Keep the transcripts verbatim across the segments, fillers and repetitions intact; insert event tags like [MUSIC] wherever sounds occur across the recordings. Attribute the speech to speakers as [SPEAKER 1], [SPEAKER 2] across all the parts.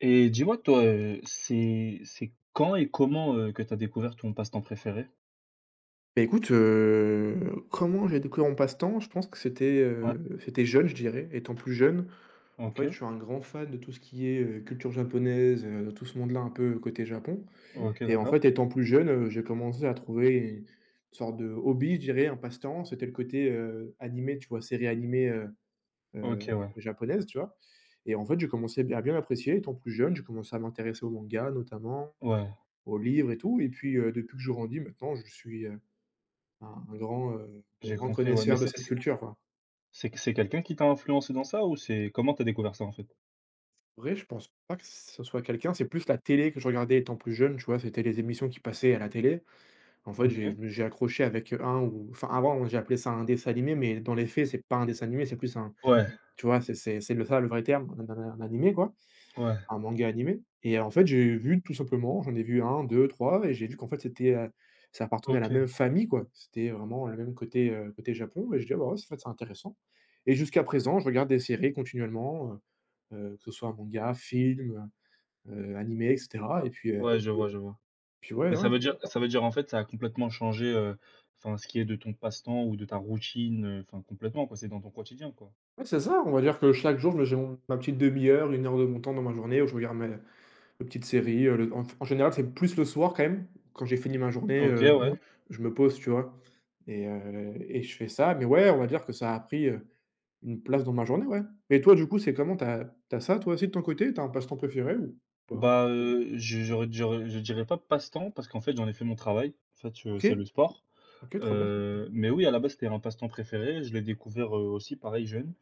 [SPEAKER 1] Et dis-moi, toi, heu, c'est c'est quand et comment, heu, que tu as découvert ton passe-temps préféré?
[SPEAKER 2] Bah, écoute, heu, comment j'ai découvert mon passe-temps? Je pense que c'était,
[SPEAKER 1] Ouais.
[SPEAKER 2] heu, c'était jeune, je dirais. Étant plus jeune, en
[SPEAKER 1] OK.
[SPEAKER 2] fait, je
[SPEAKER 1] Mmh.
[SPEAKER 2] suis un grand fan de tout ce qui est, heu, culture japonaise, euh, de tout ce monde-là un peu côté Japon
[SPEAKER 1] OK,
[SPEAKER 2] et en
[SPEAKER 1] d'accord.
[SPEAKER 2] fait, étant plus jeune, heu, j'ai commencé à trouver une sorte de hobby, je dirais, un passe-temps. C'était le côté, heu, animé, tu vois? Séries animées, heu
[SPEAKER 1] OK,
[SPEAKER 2] heu,
[SPEAKER 1] ouais.
[SPEAKER 2] japonaises, tu vois? Et en fait, j'ai commencé à bien apprécier. Étant plus jeune, j'ai commencé à m'intéresser aux mangas, notamment,
[SPEAKER 1] Ouais,
[SPEAKER 2] aux livres et tout et puis, heu, depuis que je grandis maintenant, je suis, heu un un grand, heu,
[SPEAKER 1] j'ai et
[SPEAKER 2] grand
[SPEAKER 1] compris, ouais, mais
[SPEAKER 2] connaisseur de
[SPEAKER 1] c'est
[SPEAKER 2] cette
[SPEAKER 1] c'est
[SPEAKER 2] culture, quoi.
[SPEAKER 1] c'est c'est quelqu'un qui t'a influencé dans ça ou c'est comment t'as découvert ça, en fait?
[SPEAKER 2] Vrai, je pense pas que ce soit quelqu'un, c'est plus la télé que je regardais étant plus jeune, tu vois? C'était les émissions qui passaient à la télé. En fait, j'ai je
[SPEAKER 1] OK.
[SPEAKER 2] me j'ai accroché avec, heu, un ou enfin, avant, j'ai appelé ça un dessin animé, mais dans les faits, c'est pas un dessin animé, c'est plus un,
[SPEAKER 1] Ouais,
[SPEAKER 2] tu vois? C'est c'est c'est le ça le vrai terme, un un un animé, quoi.
[SPEAKER 1] ouais.
[SPEAKER 2] Un manga animé et en fait, j'ai vu tout simplement, j'en ai vu un, deux, trois et j'ai vu qu'en fait c'était, heu, ça appartenait à la
[SPEAKER 1] OK.
[SPEAKER 2] même famille, quoi. C'était vraiment le même côté, heu, côté Japon et j'ai dit: «Ah bah, ouais, c'est en fait, c'est intéressant» et jusqu'à présent, je regarde des séries continuellement, heu heu, que ce soit manga, film, heu heu, animé et cetera et puis, heu,
[SPEAKER 1] Ouais, je vois, je vois.
[SPEAKER 2] puis
[SPEAKER 1] Mais
[SPEAKER 2] ouais,
[SPEAKER 1] ça
[SPEAKER 2] ouais,
[SPEAKER 1] veut dire ça veut dire, en fait, ça a complètement changé, heu, enfin, ce qui est de ton passe-temps ou de ta routine, heu, enfin, complètement, quoi, c'est dans ton quotidien, quoi?
[SPEAKER 2] ouais, c'est ça, on va dire que chaque jour, je me j'ai mon ma petite demi heure, une heure de mon temps dans ma journée où je regarde mes une petite série, heu, le en en général, c'est plus le soir quand même. Quand j'ai fini ma Mmh. journée,
[SPEAKER 1] OK,
[SPEAKER 2] heu,
[SPEAKER 1] ouais.
[SPEAKER 2] je me pose, tu vois? Et heu et je fais ça, mais ouais, on va dire que ça a pris, heu, une place dans ma journée, ouais. Et toi, du coup, c'est comment? Tu as tu as ça toi aussi de ton côté? Tu as un passe-temps préféré ou pas?
[SPEAKER 1] Bah, heu, je j'aurais j'aurais je dirais pas passe-temps parce qu'en fait, j'en ai fait mon travail. En fait, heu,
[SPEAKER 2] OK,
[SPEAKER 1] c'est le sport,
[SPEAKER 2] OK, trop bien.
[SPEAKER 1] heu, mais oui, à la base, c'était un passe-temps préféré. Je l'ai découvert, heu, aussi pareil jeune.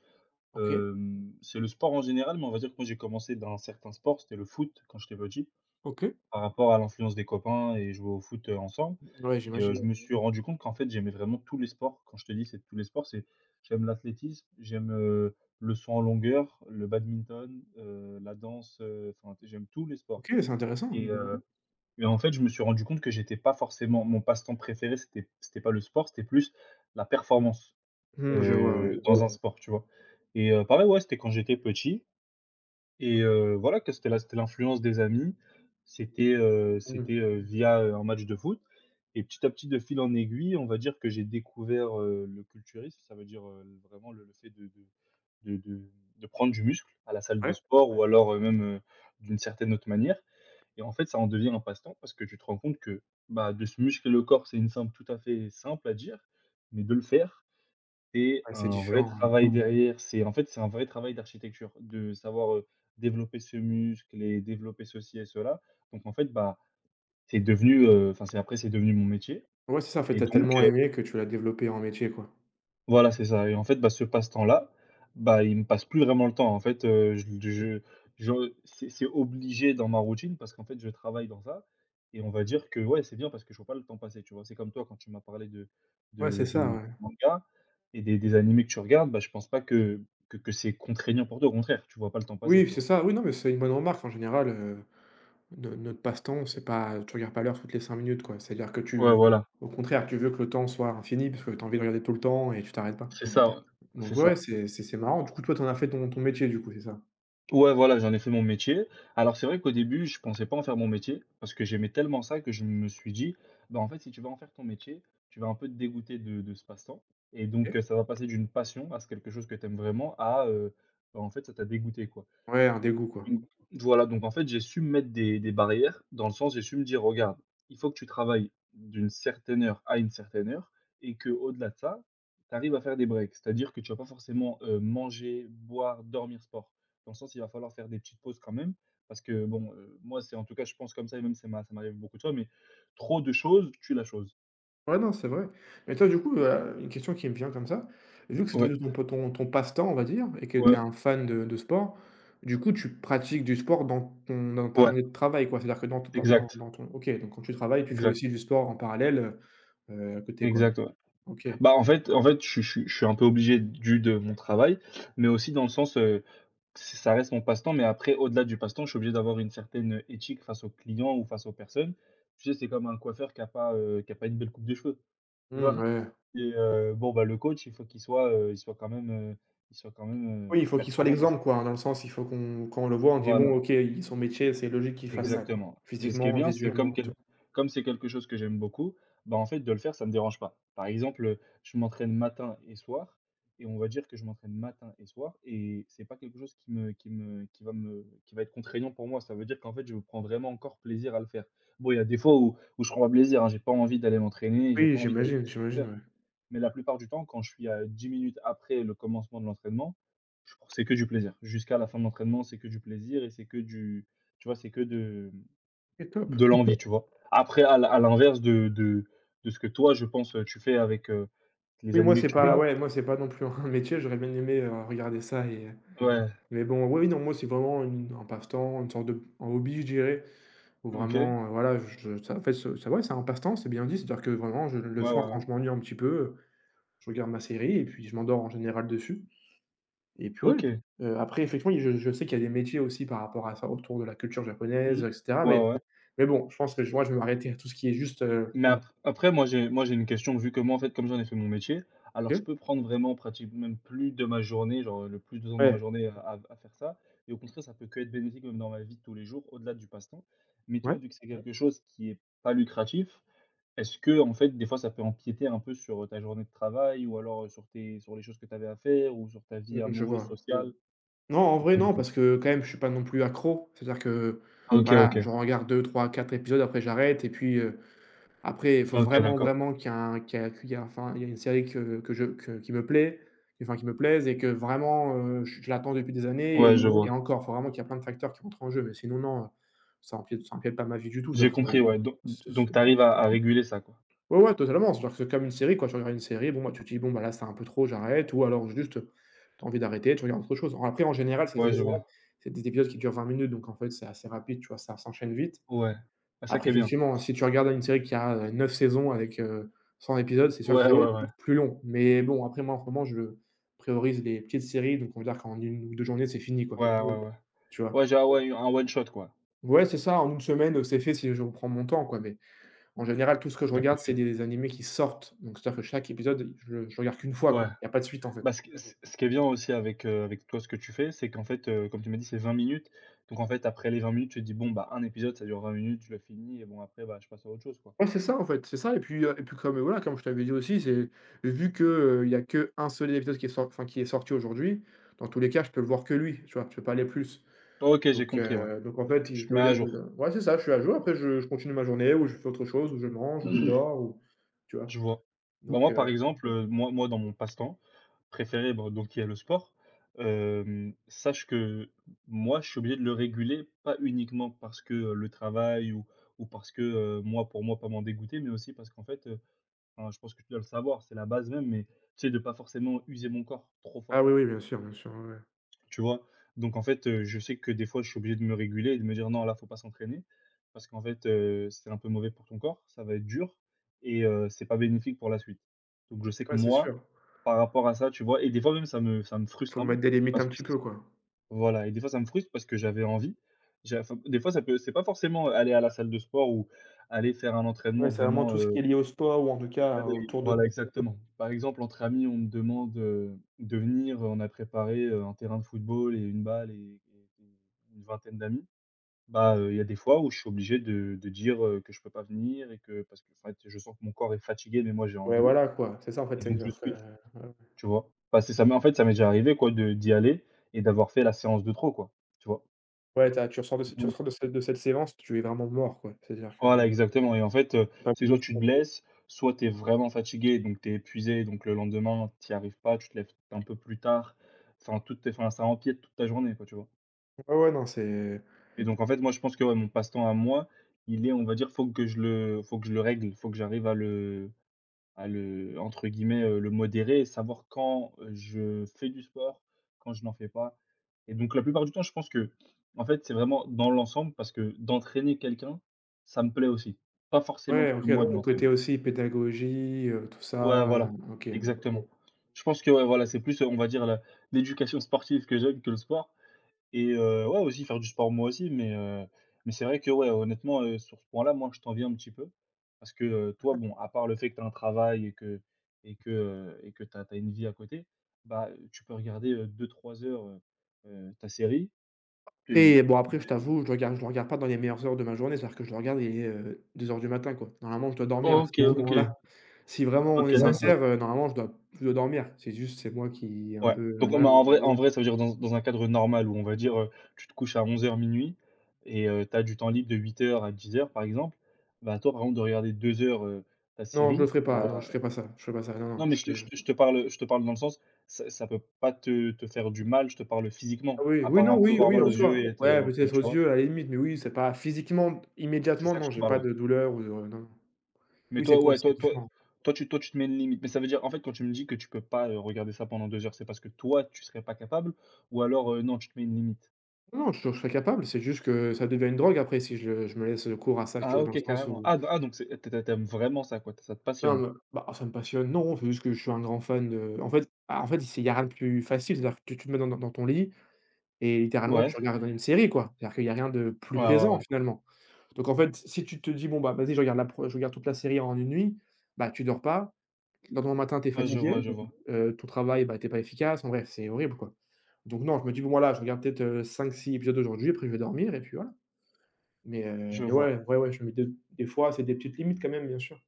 [SPEAKER 2] OK,
[SPEAKER 1] Hem, c'est le sport en général, mais on va dire que moi, j'ai commencé dans un certain sport, c'était le foot quand j'étais petit,
[SPEAKER 2] OK.
[SPEAKER 1] par rapport à l'influence des copains et jouer au foot, heu, ensemble
[SPEAKER 2] Mmh, ouais,
[SPEAKER 1] et heu,
[SPEAKER 2] j'imagine.
[SPEAKER 1] je me suis rendu compte qu'en fait, j'aimais vraiment tous les sports. Quand je te dis, c'est tous les sports, c'est j'aime l'athlétisme, j'aime, heu, le saut en longueur, le badminton, heu, la danse, heu, enfin, tu sais, j'aime tous les sports.
[SPEAKER 2] OK, c'est
[SPEAKER 1] Mmh.
[SPEAKER 2] intéressant.
[SPEAKER 1] Et heu mais en fait, je me suis rendu compte que j'étais pas forcément mon passe-temps préféré, c'était c'était pas le sport, c'était plus la performance,
[SPEAKER 2] Mmh, je vois, ouais.
[SPEAKER 1] heu, dans un sport, tu vois? Et heu, pareil, ouais, c'était quand j'étais petit et heu, voilà que c'était la c'était l'influence des amis. C'était, heu
[SPEAKER 2] Mmh.
[SPEAKER 1] c'était, heu, via, heu, un match de foot et petit à petit, de fil en aiguille, on va dire que j'ai découvert, heu, le culturisme. Ça veut dire, heu, vraiment le le fait de de de de de prendre du muscle à la salle de
[SPEAKER 2] Ouais,
[SPEAKER 1] sport. Ouais. Ou alors, heu, même, heu, d'une certaine autre manière et en fait, ça en devient un passe-temps parce que tu te rends compte que, bah, de se muscler le corps, c'est une simple tout à fait simple à dire, mais de le faire c'est
[SPEAKER 2] ouais, c'est
[SPEAKER 1] un vrai
[SPEAKER 2] différent, ouais.
[SPEAKER 1] travail derrière, c'est en fait, c'est un vrai travail d'architecture, de savoir, heu, développer ce muscle et développer ceci et cela. Donc en fait, bah, c'est devenu, heu, enfin, c'est après c'est devenu mon métier
[SPEAKER 2] Ouais, c'est ça, en fait,
[SPEAKER 1] et
[SPEAKER 2] tu as
[SPEAKER 1] donc
[SPEAKER 2] tellement aimé que tu l'as développé en métier, quoi.
[SPEAKER 1] voilà, c'est ça et en fait, bah, ce passe-temps-là, bah, il me passe plus vraiment le temps. En fait, heu, je
[SPEAKER 2] Mmh.
[SPEAKER 1] je je c'est c'est obligé dans ma routine parce qu'en fait, je travaille dans ça et on va dire que, ouais, c'est bien parce que je vois pas le temps passer, tu vois? C'est comme toi quand tu m'as parlé de
[SPEAKER 2] Ouais,
[SPEAKER 1] de
[SPEAKER 2] c'est
[SPEAKER 1] de
[SPEAKER 2] ça,
[SPEAKER 1] de
[SPEAKER 2] ouais.
[SPEAKER 1] mangas et des des animés que tu regardes, bah, je pense pas que que que c'est contraignant pour toi, au contraire, tu vois pas le temps passer,
[SPEAKER 2] Oui,
[SPEAKER 1] tu
[SPEAKER 2] c'est
[SPEAKER 1] vois?
[SPEAKER 2] ça. Oui, non, mais c'est une bonne remarque en général, heu No notre passe-temps, c'est pas tu regardes pas l'heure toutes les cinq minutes, quoi. C'est-à-dire que
[SPEAKER 1] Ouais,
[SPEAKER 2] tu
[SPEAKER 1] voilà,
[SPEAKER 2] au contraire, tu veux que le temps soit infini parce que tu as envie de regarder tout le temps et tu t'arrêtes pas.
[SPEAKER 1] c'est ça, ouais, c'est
[SPEAKER 2] Donc ouais,
[SPEAKER 1] ça.
[SPEAKER 2] ouais, c'est c'est c'est marrant. Du coup, toi, t'en as fait ton ton métier, du coup, c'est ça?
[SPEAKER 1] Ouais, voilà, j'en ai fait mon métier. Alors c'est vrai qu'au début, je pensais pas en faire mon métier parce que j'aimais tellement ça que je me suis dit: «Bah, en fait, si tu vas en faire ton métier, tu vas un peu te dégoûter de de ce passe-temps» et
[SPEAKER 2] OK.
[SPEAKER 1] donc heu, ça va passer d'une passion à s quelque chose que tu aimes vraiment à, heu, bah, en fait, ça t'a dégoûté, quoi.
[SPEAKER 2] Ouais, un dégoût, quoi.
[SPEAKER 1] Donc voilà, donc en fait, j'ai su me mettre des des barrières, dans le sens j'ai su me dire: «Regarde, il faut que tu travailles d'une certaine heure à une certaine heure et que au delà de ça, tu arrives à faire des breaks». C'est-à-dire que tu vas pas forcément, heu, manger, boire, dormir, sport. Dans le sens, il va falloir faire des petites pauses quand même parce que bon, heu, moi, c'est en tout cas, je pense comme ça et même ça m'a ça m'arrive beaucoup de fois, mais trop de choses tue la chose.
[SPEAKER 2] Ouais, non, c'est vrai. Mais toi, du coup, heu, une question qui me vient comme ça, vu que c'est
[SPEAKER 1] Ouais,
[SPEAKER 2] devenu ton ton ton passe-temps, on va dire, et que tu es
[SPEAKER 1] ouais,
[SPEAKER 2] un fan de de sport, du coup, tu pratiques du sport dans ton dans ta
[SPEAKER 1] ouais,
[SPEAKER 2] journée de travail, quoi? C'est-à-dire que dans ton dans ton
[SPEAKER 1] exact,
[SPEAKER 2] dans ton OK, donc quand tu travailles, tu fais
[SPEAKER 1] exact,
[SPEAKER 2] aussi du sport en parallèle, heu à côté, quoi.
[SPEAKER 1] exact, ouais.
[SPEAKER 2] OK.
[SPEAKER 1] Bah, en fait en fait, je suis je je suis un peu obligé dû de mon travail, mais aussi dans le sens, heu, ç ça reste mon passe-temps, mais après au-delà du passe-temps, je suis obligé d'avoir une certaine, éthique face aux clients ou face aux personnes. Tu sais, c'est comme un coiffeur qui a pas, heu, qui a pas une belle coupe de cheveux, tu
[SPEAKER 2] Mmh,
[SPEAKER 1] vois?
[SPEAKER 2] ouais.
[SPEAKER 1] Et heu, bon, bah, le coach, il faut qu'il soit, heu, il soit quand même, heu, il soit quand
[SPEAKER 2] Oui,
[SPEAKER 1] même,
[SPEAKER 2] il
[SPEAKER 1] heu,
[SPEAKER 2] faut qu'il soit
[SPEAKER 1] performant dans ce
[SPEAKER 2] l'exemple,
[SPEAKER 1] qu'il-...
[SPEAKER 2] quoi, hein, dans le sens, il faut qu'on quand on le voit, on dit: «Bon,
[SPEAKER 1] Voilà.
[SPEAKER 2] OK, il son métier, c'est logique qu'il fasse ça, quoi».
[SPEAKER 1] Exactement et ce qui est
[SPEAKER 2] Physiquement,
[SPEAKER 1] bien, c'est
[SPEAKER 2] visuellement
[SPEAKER 1] comme
[SPEAKER 2] tout.
[SPEAKER 1] quel comme c'est quelque chose que j'aime beaucoup, bah, en fait, de le faire, ça me dérange pas. Par exemple, je m'entraîne matin et soir et on va dire que je m'entraîne matin et soir et c'est pas quelque chose qui me qui me qui va me qui va être contraignant pour moi. Ça veut dire qu'en fait, je prends vraiment encore plaisir à le faire. Bon, il y a des fois où où je prends pas plaisir, hein, j'ai pas envie d'aller m'entraîner, j'ai
[SPEAKER 2] Oui,
[SPEAKER 1] pas envie d'aller faire
[SPEAKER 2] j'imagine,
[SPEAKER 1] ce qu'il faut
[SPEAKER 2] j'imagine,
[SPEAKER 1] faire.
[SPEAKER 2] ouais.
[SPEAKER 1] Mais la plupart du temps, quand je suis à dix minutes après le commencement de l'entraînement, je c'est que du plaisir. Jusqu'à la fin de l'entraînement, c'est que du plaisir et c'est que du tu vois, c'est que de
[SPEAKER 2] OK,
[SPEAKER 1] de
[SPEAKER 2] top.
[SPEAKER 1] l'envie, OK. Tu vois? Après à l'in à l'inverse de de de ce que toi, je pense, heu, tu fais avec, heu, les
[SPEAKER 2] Oui, moi,
[SPEAKER 1] animés
[SPEAKER 2] c'est
[SPEAKER 1] que tu, oui,
[SPEAKER 2] pas
[SPEAKER 1] regardes.
[SPEAKER 2] Ouais, moi, c'est pas non plus un [LAUGHS] métier, j'aurais bien aimé, heu, regarder ça et heu,
[SPEAKER 1] Ouais,
[SPEAKER 2] mais bon, ouais, oui, non, moi, c'est vraiment une un passe-temps, une sorte de un hobby, je dirais, où
[SPEAKER 1] OK. Ouais,
[SPEAKER 2] vraiment, heu, voilà, je ça en fait, ce ça ouais, c'est un passe-temps, c'est bien dit, c'est-à-dire que vraiment, je le
[SPEAKER 1] ouais,
[SPEAKER 2] soir,
[SPEAKER 1] ouais.
[SPEAKER 2] quand je m'ennuie un petit peu, heu, je regarde ma série et puis je m'endors en général dessus. Et puis ouais,
[SPEAKER 1] OK.
[SPEAKER 2] heu, après effectivement, je je sais qu'il y a des métiers aussi par rapport à ça, autour de la culture japonaise,
[SPEAKER 1] Mmh.
[SPEAKER 2] heu, et cetera,
[SPEAKER 1] Ouais.
[SPEAKER 2] mais
[SPEAKER 1] Mmh. Ouais.
[SPEAKER 2] mais bon, je pense que moi, je vais m'arrêter à tout ce qui est juste, heu
[SPEAKER 1] Mais ap après moi j'ai moi j'ai une question, vu que moi en fait comme j'en ai fait mon métier, alors je
[SPEAKER 2] OK.
[SPEAKER 1] peux prendre vraiment pratique même plus de ma journée, genre le plus de temps dans ma
[SPEAKER 2] Ouais,
[SPEAKER 1] journée à à à faire ça et au contraire ça peut que être bénéfique même dans ma vie de tous les jours, au-delà du passe-temps. Mais toi,
[SPEAKER 2] ouais.
[SPEAKER 1] vu que c'est, ouais, quelque chose qui est pas lucratif, est-ce que en fait des fois ça peut empiéter un peu sur, ta journée de travail ou alors, heu, sur tes sur les choses que tu avais à faire ou sur ta
[SPEAKER 2] Mmh,
[SPEAKER 1] vie
[SPEAKER 2] mh, je
[SPEAKER 1] amoureuse,
[SPEAKER 2] vois.
[SPEAKER 1] sociale
[SPEAKER 2] Non, en
[SPEAKER 1] ou
[SPEAKER 2] vrai,
[SPEAKER 1] pas du
[SPEAKER 2] non,
[SPEAKER 1] tout?
[SPEAKER 2] parce que quand même, je suis pas non plus accro. C'est-à-dire que,
[SPEAKER 1] OK,
[SPEAKER 2] voilà, Mmh.
[SPEAKER 1] OK.
[SPEAKER 2] je regarde deux, trois, quatre épisodes, après j'arrête et puis, heu après, il faut
[SPEAKER 1] OK,
[SPEAKER 2] vraiment,
[SPEAKER 1] d'accord.
[SPEAKER 2] vraiment qu'il y a un qu'il y a qu'il y a enfin, il y a une série que que je que qui me plaît, enfin qui me plaise et que vraiment, heu, je je l'attends depuis des années
[SPEAKER 1] Ouais,
[SPEAKER 2] et
[SPEAKER 1] je
[SPEAKER 2] en et
[SPEAKER 1] vois.
[SPEAKER 2] encore, il faut vraiment qu'il y a plein de facteurs qui rentrent en jeu, mais sinon non, heu, ça empiète ça empiète pas ma vie du tout,
[SPEAKER 1] J'ai
[SPEAKER 2] c'est-à-dire
[SPEAKER 1] compris,
[SPEAKER 2] que
[SPEAKER 1] ouais, donc
[SPEAKER 2] c'est
[SPEAKER 1] donc
[SPEAKER 2] c'est
[SPEAKER 1] tu arrives à à réguler ça, quoi.
[SPEAKER 2] ouais, ouais, totalement, c'est-à-dire que c'est comme une série, quoi, tu regardes une série, bon bah, tu te dis: «Bon bah là, c'est un peu trop, j'arrête» ou alors juste, heu, tu as envie d'arrêter, tu regardes autre chose. Alors Après en général, c'est
[SPEAKER 1] Ouais,
[SPEAKER 2] des
[SPEAKER 1] je vois.
[SPEAKER 2] c'est des épisodes qui durent vingt minutes, donc en fait, c'est assez rapide, tu vois? Ça s'enchaîne vite.
[SPEAKER 1] Ouais, ah ça qui
[SPEAKER 2] Après
[SPEAKER 1] est bien.
[SPEAKER 2] effectivement, si tu regardes une série qui a, heu, neuf saisons avec, heu, cent épisodes, c'est sûr que
[SPEAKER 1] Ouais,
[SPEAKER 2] ça va
[SPEAKER 1] ouais,
[SPEAKER 2] être
[SPEAKER 1] ouais.
[SPEAKER 2] plus long. Mais bon, après moi, en ce moment, je priorise les petites séries, donc on va dire qu'en une ou deux journées, c'est fini, quoi,
[SPEAKER 1] Ouais, ouais, ouais.
[SPEAKER 2] tu vois?
[SPEAKER 1] Ouais, genre, ouais, un one shot, quoi,
[SPEAKER 2] Ouais, c'est ça, en une semaine, heu, c'est fait si je reprends mon temps, quoi, mais en général, tout ce que je
[SPEAKER 1] j'ai
[SPEAKER 2] regarde, c'est
[SPEAKER 1] compris.
[SPEAKER 2] des animés qui sortent, donc c'est-à-dire que chaque épisode, je le je regarde qu'une fois,
[SPEAKER 1] Ouais,
[SPEAKER 2] quoi. Il y a pas de suite, en fait.
[SPEAKER 1] bah, ce qui ce ce qui est bien aussi avec, heu, avec toi, ce que tu fais, c'est qu'en fait, heu, comme tu m'as dit, c'est vingt minutes, donc en fait, après les vingt minutes, tu te dis: «Bon, bah, un épisode, ça dure vingt minutes, je le finis et bon après, bah, je passe à autre chose, quoi».
[SPEAKER 2] Ouais, c'est ça, en fait, c'est ça et puis, heu et puis comme, heu, voilà, comme je t'avais dit aussi, c'est vu que, heu, il y a qu'un seul épisode qui est sor enfin, qui est sorti aujourd'hui, dans tous les cas, je peux le voir que lui, tu vois? Je peux pas aller plus.
[SPEAKER 1] OK, j'ai
[SPEAKER 2] Donc
[SPEAKER 1] compris, ouais.
[SPEAKER 2] heu, donc en fait, il
[SPEAKER 1] Je
[SPEAKER 2] je
[SPEAKER 1] te mets
[SPEAKER 2] dois y
[SPEAKER 1] à
[SPEAKER 2] aller là
[SPEAKER 1] jour,
[SPEAKER 2] ouais, c'est ça, je suis à jour, après je je continue ma journée ou je fais autre chose, ou je mange, ou je dors, ou tu vois?
[SPEAKER 1] je vois. Bah,
[SPEAKER 2] Donc
[SPEAKER 1] moi,
[SPEAKER 2] heu
[SPEAKER 1] par exemple, heu, moi moi, dans mon passe-temps préféré, bon, donc il y a le sport. Hem, sache que moi, je suis obligé de le réguler, pas uniquement parce que, heu, le travail ou ou parce que, heu, moi, pour moi, pas m'en dégoûter, mais aussi parce qu'en fait, heu, enfin, je pense que tu dois le savoir, c'est la base même, mais tu sais, de pas forcément user mon corps trop
[SPEAKER 2] ah
[SPEAKER 1] fort.
[SPEAKER 2] oui, oui, bien sûr, bien sûr, ouais, ouais.
[SPEAKER 1] Tu vois? Donc en fait, heu, je sais que des fois, je suis obligé de me réguler et de me dire: «Non, là, faut pas s'entraîner» parce qu'en fait, heu, c'est un peu mauvais pour ton corps, ça va être dur et heu, c'est pas bénéfique pour la suite. Donc je sais que
[SPEAKER 2] Ouais, c'est
[SPEAKER 1] moi,
[SPEAKER 2] sûr.
[SPEAKER 1] par rapport à ça, tu vois? Et des fois même, ça me ça me
[SPEAKER 2] Faut
[SPEAKER 1] frustre un peu
[SPEAKER 2] mettre des limites
[SPEAKER 1] parce
[SPEAKER 2] un
[SPEAKER 1] que
[SPEAKER 2] petit
[SPEAKER 1] c'est
[SPEAKER 2] peu,
[SPEAKER 1] [LAUGHS]
[SPEAKER 2] quoi.
[SPEAKER 1] voilà et des fois, ça me frustre parce que j'avais envie. J'ai enfin, des fois, ça peut c'est pas forcément aller à la salle de sport ou aller faire un
[SPEAKER 2] Ouais,
[SPEAKER 1] entraînement
[SPEAKER 2] c'est vraiment
[SPEAKER 1] vraiment,
[SPEAKER 2] tout ce qui
[SPEAKER 1] heu
[SPEAKER 2] est lié au sport ou en tout cas
[SPEAKER 1] que
[SPEAKER 2] euh,
[SPEAKER 1] dalle.
[SPEAKER 2] autour de,
[SPEAKER 1] Voilà, exactement. Par exemple, entre amis, on me demande, heu, de venir, heu, on a préparé, heu, un terrain de football et une balle et et et une vingtaine d'amis. Bah, heu, il y a des fois où je suis obligé de de dire, heu, que je peux pas venir et que parce que en fait, je sens que mon corps est fatigué, mais moi j'ai
[SPEAKER 2] ouais,
[SPEAKER 1] envie
[SPEAKER 2] voilà, quoi. C'est ça, en fait,
[SPEAKER 1] et donc je
[SPEAKER 2] c'est-à-dire que,
[SPEAKER 1] switch,
[SPEAKER 2] heu,
[SPEAKER 1] tu vois? Bah, c'est ça m'est en fait, ça m'est déjà arrivé, quoi, de d'y aller et d'avoir fait la séance de trop, quoi, tu vois?
[SPEAKER 2] ouais, t'as, tu ressors de ce tu ressors de cette de cette séance, tu es vraiment mort, quoi. C'est-à-dire que
[SPEAKER 1] Voilà, exactement et en fait, heu,
[SPEAKER 2] c'est pas
[SPEAKER 1] c'est soit
[SPEAKER 2] possible.
[SPEAKER 1] tu te, mmh, blesses, soit tu es vraiment fatigué, donc tu es épuisé, donc le lendemain, tu y arrives pas, tu te lèves un peu plus tard. Enfin, toutes tes enfin, ça empiète toute ta journée, quoi, tu vois?
[SPEAKER 2] Ouais, ouais, non, c'est
[SPEAKER 1] Et donc en fait, moi, je pense que, ouais, mon passe-temps à moi, il est, on va dire, faut que je le faut que je le règle, faut que j'arrive à le à le, entre guillemets, heu, «le modérer», et savoir quand heu, je fais du sport, quand je n'en fais pas. Et donc la plupart du temps, je pense que en fait, c'est vraiment dans l'ensemble parce que d'entraîner quelqu'un, ça me plaît aussi. Pas forcément
[SPEAKER 2] ouais,
[SPEAKER 1] que
[SPEAKER 2] OK,
[SPEAKER 1] moi de
[SPEAKER 2] donc
[SPEAKER 1] Ouais.
[SPEAKER 2] le côté
[SPEAKER 1] m'entraîner.
[SPEAKER 2] aussi pédagogie, heu, tout
[SPEAKER 1] Ouais,
[SPEAKER 2] ça, heu,
[SPEAKER 1] voilà,
[SPEAKER 2] OK.
[SPEAKER 1] exactement. Je pense que ouais, voilà, c'est plus, heu, on va dire la l'éducation sportive que j'aime que le sport. Et heu, ouais, aussi faire du sport moi aussi, mais heu, mais c'est vrai que ouais, honnêtement, heu, sur ce point-là, moi je t'envie un petit peu parce que heu, toi, bon, à part le fait que tu as un travail et que et que, heu, et que tu as une vie à côté, bah, tu peux regarder, euh, deux trois heures, heu heu, ta série, puis…
[SPEAKER 2] Et bon, après, je t'avoue, je le regarde je le regarde pas dans les meilleures heures de ma journée, c'est-à-dire que je le regarde, il est, heu, deux heures du matin, quoi. Normalement, je dois dormir à
[SPEAKER 1] OK, OK.
[SPEAKER 2] ce
[SPEAKER 1] OK,
[SPEAKER 2] moment-là.
[SPEAKER 1] OK.
[SPEAKER 2] Si vraiment on est
[SPEAKER 1] OK. Ouais, d'accord.
[SPEAKER 2] sincère, heu, normalement, je dois je dois dormir. C'est juste, c'est moi qui est un
[SPEAKER 1] Ouais,
[SPEAKER 2] peu, heu,
[SPEAKER 1] donc on… Mmh.
[SPEAKER 2] voilà.
[SPEAKER 1] m'a en vrai, en ouais. vrai, ça veut dire dans dans un cadre normal où, on va dire, heu, tu te couches à onze heures, minuit, et heu, tu as du temps libre de huit heures à dix heures, par exemple. Bah toi, par exemple, de regarder deux heures, heu, ta
[SPEAKER 2] Non, je le
[SPEAKER 1] série,
[SPEAKER 2] ferai pas, non, je
[SPEAKER 1] bah…
[SPEAKER 2] ferai pas ça, je ferai pas ça, non,
[SPEAKER 1] Non,
[SPEAKER 2] non,
[SPEAKER 1] mais je
[SPEAKER 2] je
[SPEAKER 1] te je te je te parle, je te parle dans le sens, ça ça peut pas te te faire du mal, je te parle
[SPEAKER 2] ah
[SPEAKER 1] physiquement,
[SPEAKER 2] oui,
[SPEAKER 1] à
[SPEAKER 2] oui,
[SPEAKER 1] part
[SPEAKER 2] non,
[SPEAKER 1] un peu… Oui.
[SPEAKER 2] oui,
[SPEAKER 1] Avoir
[SPEAKER 2] oui,
[SPEAKER 1] mal
[SPEAKER 2] en
[SPEAKER 1] aux oui, yeux
[SPEAKER 2] soi.
[SPEAKER 1] et être, heu,
[SPEAKER 2] Ouais,
[SPEAKER 1] un peu,
[SPEAKER 2] peut-être aux
[SPEAKER 1] tu vois?
[SPEAKER 2] yeux, à la limite, mais oui, c'est pas physiquement,
[SPEAKER 1] C'est
[SPEAKER 2] immédiatement,
[SPEAKER 1] ça que
[SPEAKER 2] non,
[SPEAKER 1] je te
[SPEAKER 2] j'ai
[SPEAKER 1] parle,
[SPEAKER 2] pas
[SPEAKER 1] ouais.
[SPEAKER 2] de douleur ou de, non, non.
[SPEAKER 1] Mais
[SPEAKER 2] Oui, c'est
[SPEAKER 1] toi,
[SPEAKER 2] con,
[SPEAKER 1] ouais,
[SPEAKER 2] c'est
[SPEAKER 1] toi toi
[SPEAKER 2] différent.
[SPEAKER 1] toi tu toi tu te mets une limite, mais ça veut dire en fait, quand tu me dis que tu peux pas, heu, regarder ça pendant deux heures, c'est parce que toi tu serais pas capable, ou alors, heu, non, tu te mets une limite?
[SPEAKER 2] Non, non, je je serais capable, c'est juste que ça devient une drogue après si je je me laisse, heu, cours à ça, tu
[SPEAKER 1] Ah
[SPEAKER 2] vois? Dans le
[SPEAKER 1] OK,
[SPEAKER 2] sens
[SPEAKER 1] carrément.
[SPEAKER 2] où
[SPEAKER 1] Ah do ah Donc c'est, tu tu vraiment ça, quoi, ça te
[SPEAKER 2] non,
[SPEAKER 1] passionne?
[SPEAKER 2] me bah, ça me passionne, non, c'est juste que je suis un grand fan de en fait bah, en fait, c'est il y a rien de plus facile, c'est-à-dire que tu tu te mets dans dans dans ton lit et littéralement
[SPEAKER 1] Ouais,
[SPEAKER 2] tu regardes une série, quoi. C'est-à-dire qu'il y a rien de plus
[SPEAKER 1] ouais. Ouais, ouais,
[SPEAKER 2] plaisant
[SPEAKER 1] ouais.
[SPEAKER 2] finalement. Donc en fait, si tu te dis: «Bon, bah, vas-y, je regarde la pre je regarde toute la série en une nuit», bah, tu dors pas, le lendemain matin, tu es
[SPEAKER 1] Ouais, je vois,
[SPEAKER 2] fatigué,
[SPEAKER 1] je vois,
[SPEAKER 2] heu, ton travail, bah, tu es pas efficace, en bref, c'est horrible, quoi. Donc non, je me dis: «Bon, voilà, je regarde peut-être, heu, cinq six épisodes aujourd'hui, après je vais dormir et puis voilà». Mais heu,
[SPEAKER 1] je
[SPEAKER 2] mais
[SPEAKER 1] vois,
[SPEAKER 2] ouais, ouais, ouais, je me mets des des fois, c'est des petites limites quand même, bien sûr.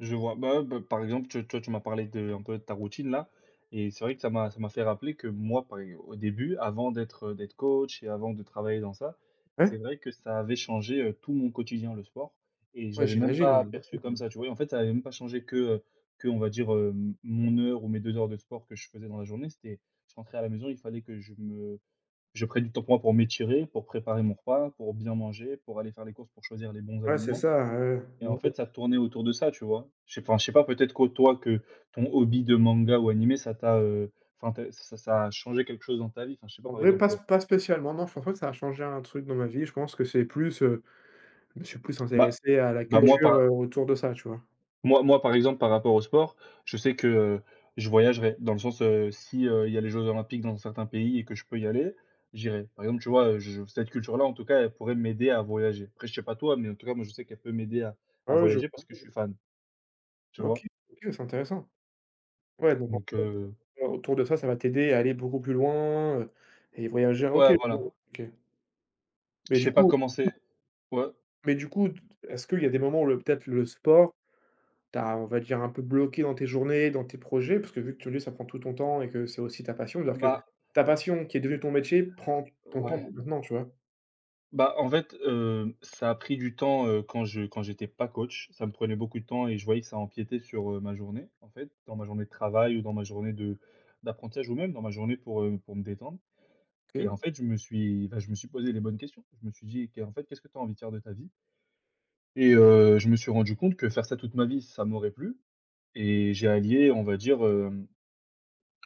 [SPEAKER 1] je vois. Bah ouais, bah par exemple, tu toi, tu m'as parlé de un peu de ta routine là, et c'est vrai que ça m'a ça m'a fait rappeler que moi, par au début, avant d'être, euh, d'être coach et avant de travailler dans ça,
[SPEAKER 2] Ouais,
[SPEAKER 1] c'est vrai que ça avait changé, heu, tout mon quotidien, le sport, et je
[SPEAKER 2] ouais,
[SPEAKER 1] l'avais même
[SPEAKER 2] j'imagine, ouais.
[SPEAKER 1] pas perçu comme ça, tu vois? Et en fait, ça avait même pas changé que, euh, que on va dire, heu, mon heure ou mes deux heures de sport que je faisais dans la journée. C'était… je rentrais à la maison, il fallait que je me… Je prends du temps pour moi pour m'étirer, pour préparer mon repas, pour bien manger, pour aller faire les courses, pour choisir les bons
[SPEAKER 2] Ouais, c'est
[SPEAKER 1] aliments,
[SPEAKER 2] ça, heu,
[SPEAKER 1] et en OK. fait, ça tournait autour de ça, tu vois? Je sais… enfin, je sais pas, peut-être que toi, que ton hobby de manga ou animé, ça t'a, heu, enfin, tu ça ça a changé quelque chose dans ta vie. Enfin, je sais pas,
[SPEAKER 2] en
[SPEAKER 1] par
[SPEAKER 2] vrai, pas
[SPEAKER 1] exemple,
[SPEAKER 2] sp pas spécialement, non, je pense pas que ça a changé un truc dans ma vie. Je pense que c'est plus, heu, je me suis plus
[SPEAKER 1] bah
[SPEAKER 2] intéressé à la
[SPEAKER 1] bah, moi,
[SPEAKER 2] culture,
[SPEAKER 1] par
[SPEAKER 2] heu, autour de ça, tu vois?
[SPEAKER 1] moi, moi, par exemple, par rapport au sport, je sais que, heu, je voyagerai dans le sens, heu, si, heu, il y a les jeux olympiques dans certains pays et que je peux y aller, j'irai. Par exemple, tu vois, heu, je cette culture-là, en tout cas, elle pourrait m'aider à voyager. Après, je sais pas toi, mais en tout cas, moi, je sais qu'elle peut m'aider à
[SPEAKER 2] Ouais,
[SPEAKER 1] à
[SPEAKER 2] ouais, je
[SPEAKER 1] voyager parce que je suis fan, tu
[SPEAKER 2] OK,
[SPEAKER 1] vois?
[SPEAKER 2] OK, c'est intéressant. Ouais, donc
[SPEAKER 1] Donc heu,
[SPEAKER 2] en autour de ça, ça va t'aider à aller beaucoup plus loin, heu, et voyager OK,
[SPEAKER 1] ouais, voilà.
[SPEAKER 2] OK. Mais
[SPEAKER 1] Je
[SPEAKER 2] du
[SPEAKER 1] sais pas
[SPEAKER 2] coup
[SPEAKER 1] comment c'est… ouais,
[SPEAKER 2] mais du coup, t est-ce qu'il y a des moments où le peut-être le sport t'as, on va dire, un peu bloqué dans tes journées, dans tes projets? Parce que vu que tu le dis, ça prend tout ton temps et que c'est aussi ta passion, c'est-à-dire que
[SPEAKER 1] bah,
[SPEAKER 2] ta passion qui est devenue ton métier prend ton temps
[SPEAKER 1] ouais.
[SPEAKER 2] maintenant, tu vois?
[SPEAKER 1] Bah, en fait, heu, ça a pris du temps, heu, quand je quand j'étais pas coach. Ça me prenait beaucoup de temps et je voyais que ça empiétait sur, heu, ma journée, en fait, dans ma journée de travail, ou dans ma journée de d'apprentissage, ou même dans ma journée pour, heu, pour me détendre. Et en
[SPEAKER 2] OK.
[SPEAKER 1] fait, je me suis bah, je me suis posé les bonnes questions. Je me suis dit: «Qu'en fait, qu'est-ce que tu as envie de faire de ta vie?» Et heu, je me suis rendu compte que faire ça toute ma vie, ça m'aurait plu, et j'ai allié, on va dire, hem,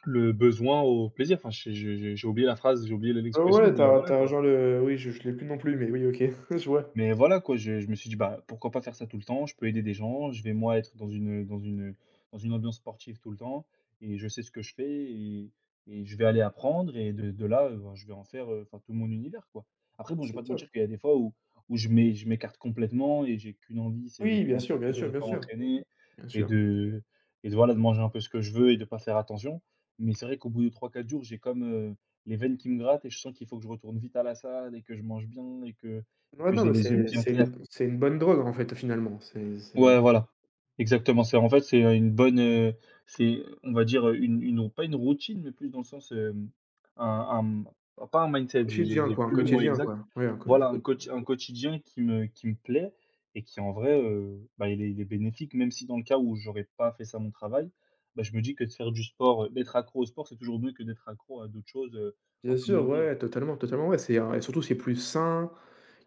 [SPEAKER 1] le besoin au plaisir. Enfin, j'ai j'ai j'ai oublié la phrase, j'ai oublié
[SPEAKER 2] Ah
[SPEAKER 1] l'expression,
[SPEAKER 2] ouais, tu
[SPEAKER 1] mais
[SPEAKER 2] as tu
[SPEAKER 1] voilà,
[SPEAKER 2] as
[SPEAKER 1] quoi.
[SPEAKER 2] genre le oui, je je l'ai plus non plus, mais oui, OK, [LAUGHS] je vois.
[SPEAKER 1] Mais voilà quoi, je je me suis dit: «Bah, pourquoi pas faire ça tout le temps? Je peux aider des gens, je vais moi être dans une, dans une, dans une ambiance sportive tout le temps, et je sais ce que je fais, et et je vais aller apprendre, et de de là, heu, ben, je vais en faire, heu, enfin tout mon univers, quoi». Après bon, je vais
[SPEAKER 2] C'est
[SPEAKER 1] pas te
[SPEAKER 2] top.
[SPEAKER 1] mentir qu'il y a des fois où où je m'é je m'écarte complètement et j'ai qu'une envie, c'est, de
[SPEAKER 2] Oui, bien
[SPEAKER 1] pendant
[SPEAKER 2] sûr, bien
[SPEAKER 1] trois quatre jours,
[SPEAKER 2] sûr,
[SPEAKER 1] de
[SPEAKER 2] bien
[SPEAKER 1] pas
[SPEAKER 2] sûr,
[SPEAKER 1] m'entraîner,
[SPEAKER 2] bien
[SPEAKER 1] et
[SPEAKER 2] sûr.
[SPEAKER 1] de… et de voilà, de manger un peu ce que je veux et de pas faire attention. Mais c'est vrai qu'au bout de trois quatre jours, j'ai comme, heu, les veines qui me grattent, et je sens qu'il faut que je retourne vite à la salle, et que je mange bien, et que et
[SPEAKER 2] Ouais,
[SPEAKER 1] que
[SPEAKER 2] non,
[SPEAKER 1] j'ai
[SPEAKER 2] mais
[SPEAKER 1] les yeux
[SPEAKER 2] c'est
[SPEAKER 1] bien
[SPEAKER 2] c'est
[SPEAKER 1] clairs.
[SPEAKER 2] une c'est une bonne drogue, en fait, finalement. C'est c'est
[SPEAKER 1] Ouais, voilà. Exactement, c'est en fait, c'est, heu, une bonne, heu, c'est, on va dire, heu, une une pas une routine, mais plus dans le sens, hem, un un pas un mindset, j'ai j'ai
[SPEAKER 2] quotidien,
[SPEAKER 1] j'ai
[SPEAKER 2] quoi, un
[SPEAKER 1] plus le mot
[SPEAKER 2] quotidien,
[SPEAKER 1] exact.
[SPEAKER 2] quoi. Oui, un co
[SPEAKER 1] Voilà,
[SPEAKER 2] co
[SPEAKER 1] un quoti un quotidien qui me qui me plaît, et qui en vrai, heu, bah, il est il est bénéfique, même si dans le cas où j'aurais pas fait ça mon travail, bah, je me dis que de faire du sport, heu, d'être accro au sport, c'est toujours mieux que d'être accro à d'autres choses, heu, un
[SPEAKER 2] bien
[SPEAKER 1] peu moins
[SPEAKER 2] sûr,
[SPEAKER 1] bien.
[SPEAKER 2] ouais, totalement, totalement, ouais, c'est, heu et surtout, c'est plus sain,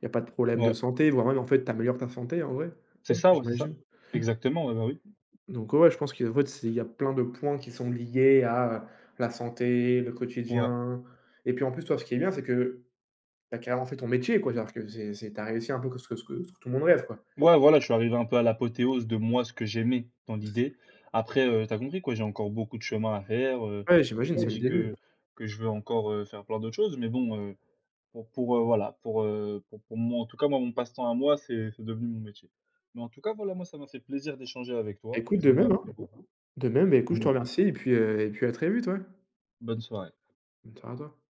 [SPEAKER 2] il y a pas de problème de
[SPEAKER 1] Ouais,
[SPEAKER 2] santé, voire même, en fait, tu améliores ta santé, en vrai,
[SPEAKER 1] c'est ça, ouais, c'est ça.
[SPEAKER 2] j'imagine.
[SPEAKER 1] Exactement, ouais, bah, oui.
[SPEAKER 2] Donc ouais, ouais, je pense qu'en fait, c'est il y a plein de points qui sont liés à, heu, la santé, le
[SPEAKER 1] Ouais.
[SPEAKER 2] quotidien et puis, en plus, toi, ce qui est bien, c'est que tu as carrément fait ton métier, quoi. C'est-à-dire que c'est c'est tu as réussi un peu que ce que ce que ce que tout le monde rêve, quoi.
[SPEAKER 1] Ouais, voilà, je suis arrivé un peu à l'apothéose de moi, ce que j'aimais dans l'idée. Après, heu, tu compris quoi, j'ai encore beaucoup de chemin à faire, heu,
[SPEAKER 2] Ouais,
[SPEAKER 1] je
[SPEAKER 2] j'imagine,
[SPEAKER 1] me Oui.
[SPEAKER 2] c'est le
[SPEAKER 1] dis
[SPEAKER 2] début.
[SPEAKER 1] que …que je veux encore, heu, faire plein d'autres choses, mais bon, heu, pour pour, heu, voilà, pour, heu, pour pour moi, en tout cas, moi, mon passe-temps à moi, c'est c'est devenu mon métier. Mais en tout cas, voilà, moi, ça m'a fait plaisir d'échanger avec toi.
[SPEAKER 2] Écoute, de
[SPEAKER 1] J'en ai
[SPEAKER 2] même, hein.
[SPEAKER 1] appris beaucoup,
[SPEAKER 2] De même, bah, écoute, je te
[SPEAKER 1] donc
[SPEAKER 2] remercie et puis, heu et puis à très vite, ouais.
[SPEAKER 1] bonne soirée.
[SPEAKER 2] Bonne soirée à toi.